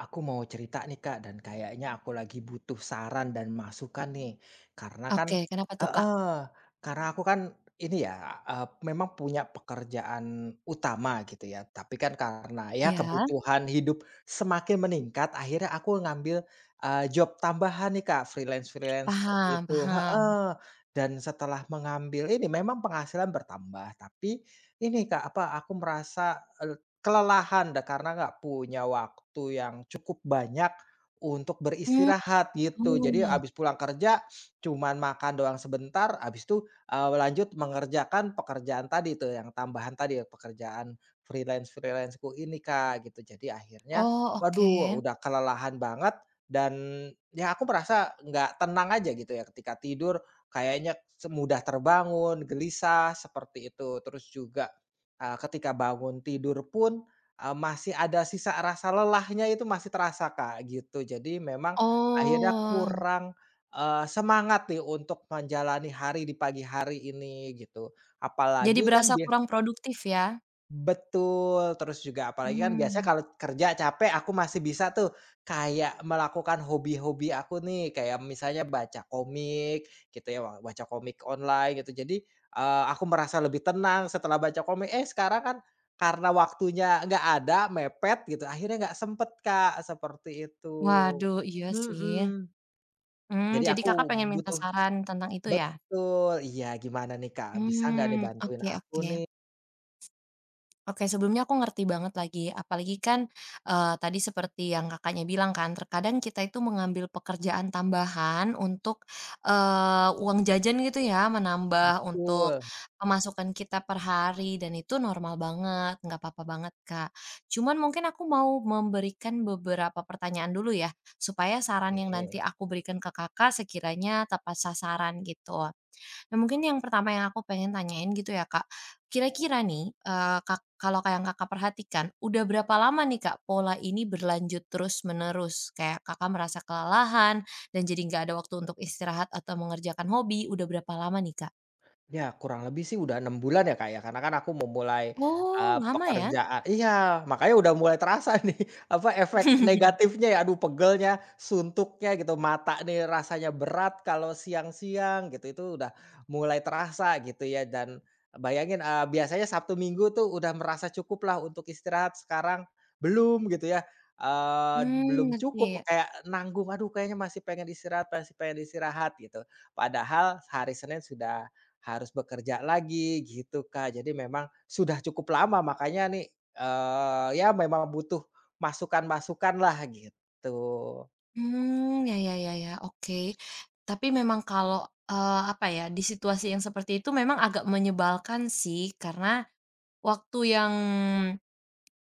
Aku mau cerita nih Kak, dan kayaknya aku lagi butuh saran dan masukan nih. Karena kan Oke, kenapa tuh, Kak? Heeh, karena aku kan ini ya, memang punya pekerjaan utama gitu ya, tapi kan karena ya Iya, kebutuhan hidup semakin meningkat, akhirnya aku ngambil, job tambahan nih Kak, freelance-freelance seperti paham itu. Heeh. paham. Dan setelah mengambil ini memang penghasilan bertambah, tapi ini Kak, apa, aku merasa kelelahan karena nggak punya waktu yang cukup banyak untuk Mmm, beristirahat gitu. Jadi oh. abis pulang kerja cuman makan doang sebentar, abis itu, lanjut mengerjakan pekerjaan tadi tuh yang tambahan tadi, ya, pekerjaan freelanceku ini, Kak, gitu. Jadi akhirnya Oh, oke. waduh udah kelelahan banget dan ya aku merasa nggak tenang aja gitu ya ketika tidur, kayaknya mudah terbangun, gelisah, seperti itu. Terus juga ketika bangun tidur pun, masih ada sisa rasa lelahnya itu masih terasa, Kak, gitu. Jadi memang akhirnya Oh, kurang, semangat nih untuk menjalani hari di pagi hari ini gitu. jadi Apalagi kan berasa kurang produktif ya? betul, terus juga apalagi kan biasanya Mmm, kalau kerja capek aku masih bisa tuh kayak melakukan hobi-hobi aku nih, kayak misalnya baca komik gitu ya, baca komik online gitu. Jadi, aku merasa lebih tenang setelah baca komik, eh sekarang kan karena waktunya nggak ada, mepet gitu, akhirnya nggak sempet, Kak, seperti itu. waduh, iya sih. Mhm, jadi Jadi Kakak aku pengen minta butuh saran tentang itu ya? betul, iya gimana nih, Kak, bisa nggak nih Mmm, bantuin oke aku oke. nih? Oke, sebelumnya aku ngerti banget lagi, apalagi kan, tadi seperti yang Kakaknya bilang kan, terkadang kita itu mengambil pekerjaan tambahan untuk, uang jajan gitu ya, menambah untuk Betul, pemasukan kita per hari dan itu normal banget, nggak apa-apa banget, Kak. Cuman mungkin aku mau memberikan beberapa pertanyaan dulu ya, supaya saran yang nanti oke. aku berikan ke Kakak sekiranya tepat sasaran gitu. Nah, mungkin yang pertama yang aku pengen tanyain gitu ya, Kak. Kira-kira nih, Kak kalau kayak yang Kakak perhatikan, udah berapa lama nih, Kak, pola ini berlanjut terus-menerus? Kayak Kakak merasa kelelahan dan jadi nggak ada waktu untuk istirahat atau mengerjakan hobi, udah berapa lama nih, Kak? Ya kurang lebih sih udah 6 bulan ya, Kak, ya, karena kan aku memulai, Oh, lama ya? pekerjaan iya, makanya udah mulai terasa nih apa efek negatifnya ya, aduh pegelnya, suntuknya gitu, mata nih rasanya berat kalau siang-siang gitu, itu udah mulai terasa gitu ya. Dan bayangin, biasanya Sabtu Minggu tuh udah merasa cukuplah untuk istirahat, sekarang belum gitu ya, Hmm, belum ngerti. cukup kayak nanggung, aduh kayaknya masih pengen istirahat gitu. Padahal hari Senin sudah harus bekerja lagi gitu, Kak. Jadi memang sudah cukup lama makanya nih, ya memang butuh masukan-masukan lah gitu. Hmm, ya ya ya ya, oke. Tapi memang kalau, apa ya, di situasi yang seperti itu memang agak menyebalkan sih, karena waktu yang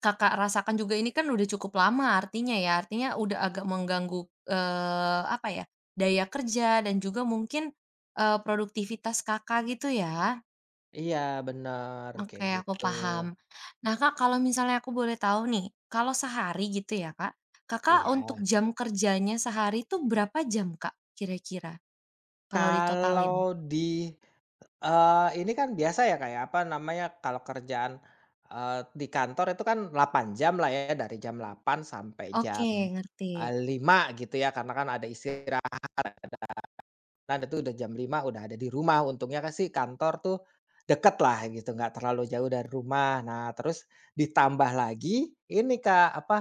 Kakak rasakan juga ini kan udah cukup lama artinya ya, artinya udah agak mengganggu, apa ya, daya kerja dan juga mungkin, produktivitas Kakak gitu ya? Iya, benar kayak Oke, aku gitu. paham. Nah, Kak, kalau misalnya aku boleh tahu nih, kalau sehari gitu ya, Kak, Kakak Iya. untuk jam kerjanya sehari itu berapa jam, Kak, kira-kira kalau ditotalin? Kalau di, ini kan biasa ya, kayak apa namanya, kalau kerjaan, di kantor itu kan 8 jam lah ya, dari jam delapan sampai Oke, jam, ngerti. 5.00 gitu ya, karena kan ada istirahat. Nah, itu udah jam lima, udah ada di rumah, untungnya kan sih kantor tuh deket lah gitu, nggak terlalu jauh dari rumah. Nah, terus ditambah lagi ini Kak, apa,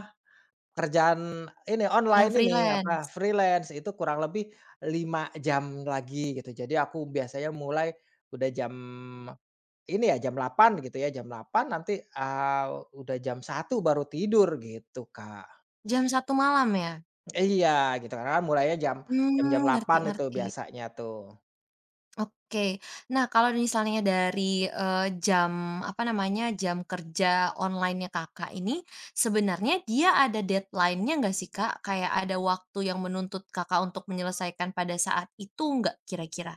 kerjaan ini, Yang online ini, apa, freelance, freelance itu kurang lebih 5 jam lagi gitu. Jadi aku biasanya mulai udah jam ini ya, jam delapan, gitu ya, jam delapan nanti, udah jam satu baru tidur gitu, Kak. jam 1 malam ya? Iya, gitu, karena kan mulainya jam Hmm, jam-jam ngerti 8.00 itu ngerti. biasanya tuh. Oke. Nah, kalau misalnya dari, jam, apa namanya, jam kerja online-nya Kakak ini, sebenarnya dia ada deadline-nya nggak sih, Kak? Kayak ada waktu yang menuntut Kakak untuk menyelesaikan pada saat itu nggak kira-kira?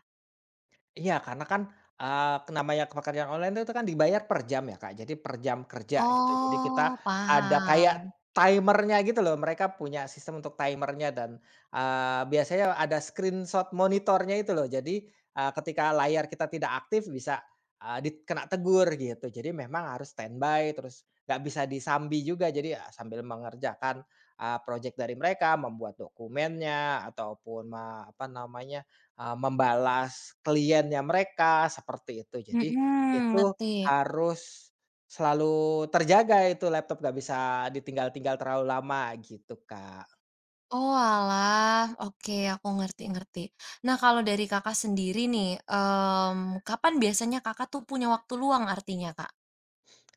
Iya, karena kan, namanya pekerjaan online itu kan dibayar per jam ya, Kak, jadi per jam kerja gitu. Jadi kita Oh, ada kayak paham. timernya gitu loh, mereka punya sistem untuk timernya dan, biasanya ada screenshot monitornya itu loh. Jadi, ketika layar kita tidak aktif bisa, eee, dit kena tegur gitu. Jadi memang harus standby terus nggak bisa disambi juga. Jadi ya sambil mengerjakan, project dari mereka, membuat dokumennya ataupun apa namanya, membalas kliennya mereka, seperti itu. Jadi, Mhm, itu ngerti. harus selalu terjaga itu laptop, nggak bisa ditinggal-tinggal terlalu lama, gitu, Kak. Oh alah, oke, aku ngerti ngerti. Nah, kalau dari Kakak sendiri nih, kapan biasanya Kakak tuh punya waktu luang artinya, Kak?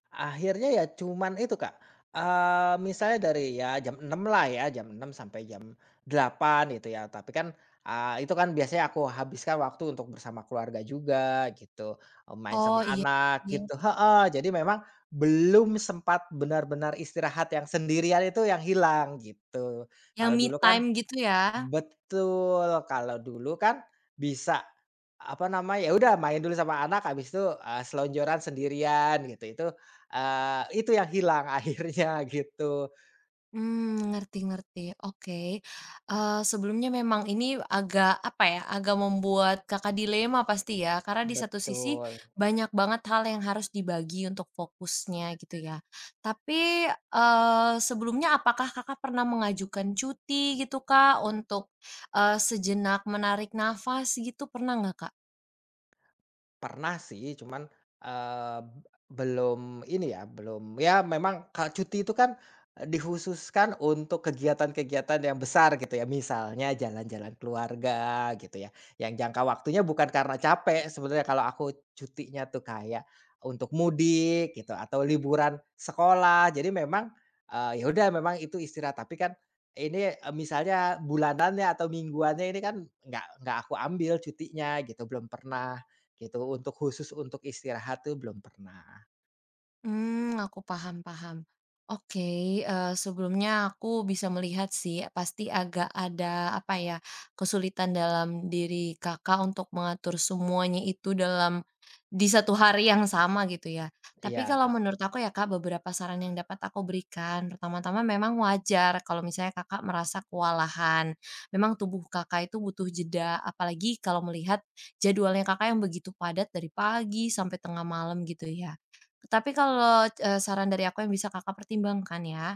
Akhirnya ya cuman itu, Kak, misalnya dari ya jam 6 lah ya, jam 6 sampai jam 8 gitu ya, tapi kan, itu kan biasanya aku habiskan waktu untuk bersama keluarga juga gitu, main sama Oh, iya anak iya. gitu, heeh, jadi memang belum sempat benar-benar istirahat yang sendirian itu yang hilang gitu. Yang Kalau me dulu kan time gitu ya? betul, kalau dulu kan bisa, apa namanya, ya udah main dulu sama anak habis itu, selonjoran sendirian gitu, itu, itu yang hilang akhirnya gitu. Mmm, ngerti ngerti, oke. Sebelumnya memang ini agak, apa ya, agak membuat Kakak dilema pasti ya, karena di satu sisi Betul. banyak banget hal yang harus dibagi untuk fokusnya gitu ya. Tapi, sebelumnya apakah Kakak pernah mengajukan cuti gitu, Kak, untuk, sejenak menarik nafas gitu, pernah nggak, Kak? Pernah sih, cuman, eee, belum ini ya, belum ya memang kalau cuti itu kan, dikhususkan untuk kegiatan-kegiatan yang besar gitu ya, misalnya jalan-jalan keluarga gitu ya, yang jangka waktunya bukan karena capek sebenarnya kalau aku cutinya tuh kayak untuk mudik gitu atau liburan sekolah. Jadi memang, ya udah memang itu istirahat, tapi kan ini, misalnya bulanannya atau mingguannya ini kan nggak aku ambil cutinya gitu, belum pernah. Gitu, untuk khusus untuk istirahat tuh belum pernah. Aku paham paham. Oke, sebelumnya aku bisa melihat sih, pasti agak ada, apa ya, kesulitan dalam diri Kakak untuk mengatur semuanya itu dalam di satu hari yang sama gitu ya. Tapi kalau Iya, menurut aku ya Kak, beberapa saran yang dapat aku berikan, pertama-tama memang wajar kalau misalnya Kakak merasa kewalahan. Memang tubuh Kakak itu butuh jeda, apalagi kalau melihat jadwalnya Kakak yang begitu padat dari pagi sampai tengah malam gitu ya. Tapi kalau, saran dari aku yang bisa Kakak pertimbangkan ya,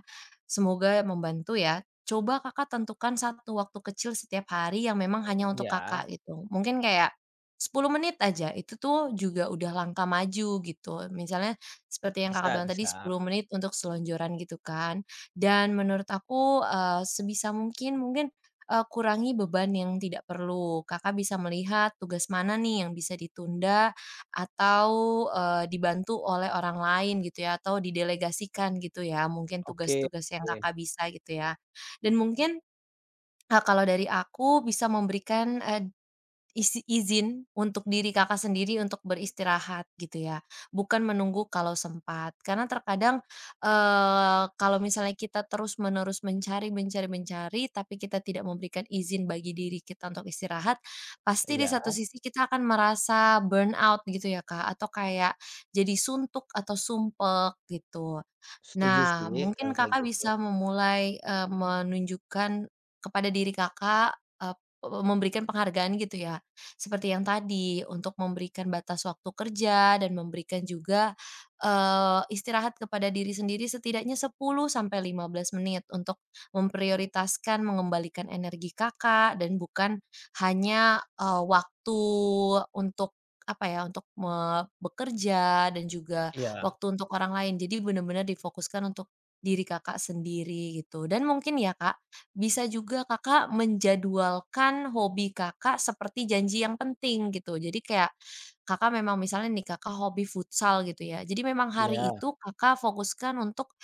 semoga membantu ya. Coba Kakak tentukan satu waktu kecil setiap hari yang memang hanya untuk iya, Kakak gitu. Mungkin kayak 10 menit aja, itu tuh juga udah langkah maju gitu. Misalnya seperti yang Kakak bisa, bilang tadi bisa. 10 menit untuk selonjoran gitu kan. Dan menurut aku, sebisa mungkin mungkin, kurangi beban yang tidak perlu. Kakak bisa melihat tugas mana nih yang bisa ditunda atau, dibantu oleh orang lain gitu ya, atau didelegasikan gitu ya, mungkin Oke, tugas-tugas yang oke, Kakak bisa gitu ya. Dan mungkin, kalau dari aku bisa memberikan, isi izin untuk diri Kakak sendiri untuk beristirahat gitu ya, bukan menunggu kalau sempat. Karena terkadang, kalau misalnya kita terus-menerus mencari mencari mencari, tapi kita tidak memberikan izin bagi diri kita untuk istirahat, pasti di iya, satu sisi kita akan merasa burnout gitu ya Kak, atau kayak jadi suntuk atau sumpek gitu. setuju Nah, sih mungkin kalau kayak Kakak gitu. bisa memulai, menunjukkan kepada diri Kakak, eee, pe memberikan penghargaan gitu ya. Seperti yang tadi, untuk memberikan batas waktu kerja dan memberikan juga, istirahat kepada diri sendiri setidaknya 10 sampai 15 menit untuk memprioritaskan mengembalikan energi Kakak dan bukan hanya, waktu untuk apa ya, untuk bekerja dan juga Iya, waktu untuk orang lain. Jadi benar-benar difokuskan untuk diri Kakak sendiri gitu. Dan mungkin ya Kak, bisa juga Kakak menjadwalkan hobi Kakak seperti janji yang penting gitu. Jadi kayak Kakak memang misalnya nih Kakak hobi futsal gitu ya. Jadi memang hari iya, itu Kakak fokuskan untuk,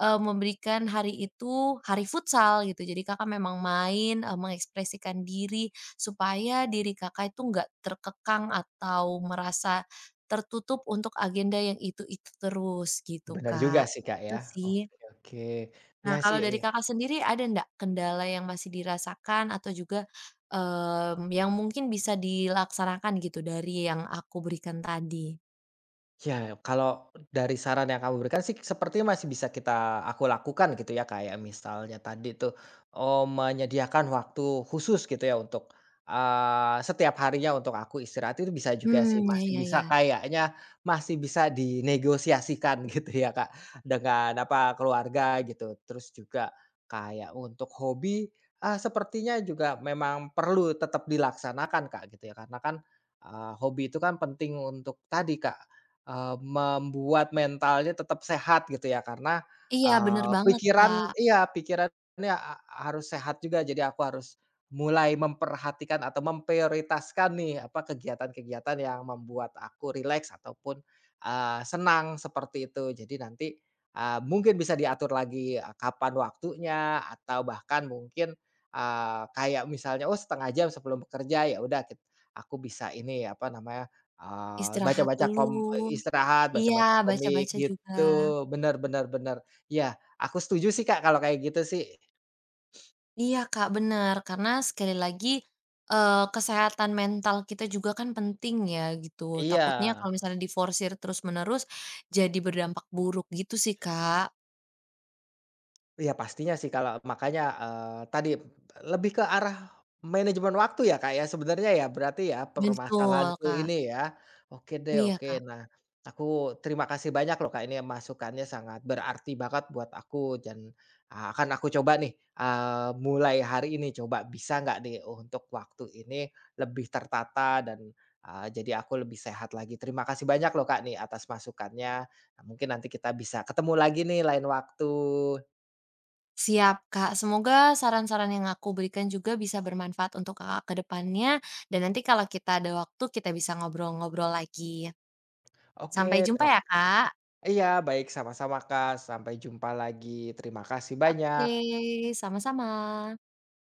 memberikan hari itu hari futsal gitu. Jadi Kakak memang main, mengekspresikan diri supaya diri Kakak itu nggak terkekang atau merasa tertutup untuk agenda yang itu-itu terus gitu, benar juga Kak. sih, Kak, ya. Itu sih. Oke, oke. Ya Nah, sih, kalau dari Kakak sendiri ada ndak kendala yang masih dirasakan atau juga, yang mungkin bisa dilaksanakan gitu dari yang aku berikan tadi? ya, kalau dari saran yang kamu berikan sih sepertinya masih bisa aku lakukan gitu ya, kayak misalnya tadi tuh, menyediakan waktu khusus gitu ya untuk, setiap harinya untuk aku istirahat itu bisa juga sih, Mmm, ya masih ya ya. bisa kayaknya masih bisa dinegosiasikan gitu ya, Kak, dengan apa, keluarga gitu. Terus juga kayak untuk hobi, sepertinya juga memang perlu tetap dilaksanakan, Kak, gitu ya, karena kan, hobi itu kan penting untuk tadi, Kak. Membuat mentalnya tetap sehat gitu ya karena, Iya bener eee, banget, Kak. pikiran iya, pikirannya harus sehat juga jadi aku harus mulai memperhatikan atau memprioritaskan nih apa kegiatan-kegiatan yang membuat aku rileks ataupun, senang seperti itu jadi nanti, mungkin bisa diatur lagi, kapan waktunya atau bahkan mungkin, kayak misalnya, oh, setengah jam sebelum bekerja ya udah aku bisa ini apa namanya, oh, Istirahat baca-baca dulu. kom istirahat, Iya, baca-baca komik baca-baca juga. gitu, bener, bener, bener. Iya, aku setuju sih Kak, kalau kayak gitu sih. Iya Kak, benar. Karena sekali lagi, kesehatan mental kita juga kan penting ya gitu. Takutnya Iya. kalau misalnya diforsir terus-menerus, jadi berdampak buruk gitu sih Kak. Iya, pastinya sih kalau makanya, tadi lebih ke arah manajemen waktu ya, Kak, ya sebenarnya ya berarti ya Betul permasalahanku Kak. ini ya. Oke deh, Iya oke. Kak. Nah, aku terima kasih banyak loh, Kak, ini masukannya sangat berarti banget buat aku dan, akan aku coba nih, mulai hari ini coba bisa nggak nih untuk waktu ini lebih tertata dan, jadi aku lebih sehat lagi. Terima kasih banyak loh, Kak, nih atas masukannya. Nah, mungkin nanti kita bisa ketemu lagi nih lain waktu. Siap Kak, semoga saran-saran yang aku berikan juga bisa bermanfaat untuk Kakak ke depannya, dan nanti kalau kita ada waktu kita bisa ngobrol-ngobrol lagi. Oke, Sampai jumpa terima ka ya Kak. iya, baik, sama-sama Kak, sampai jumpa lagi. Terima kasih Oke, banyak. sama-sama.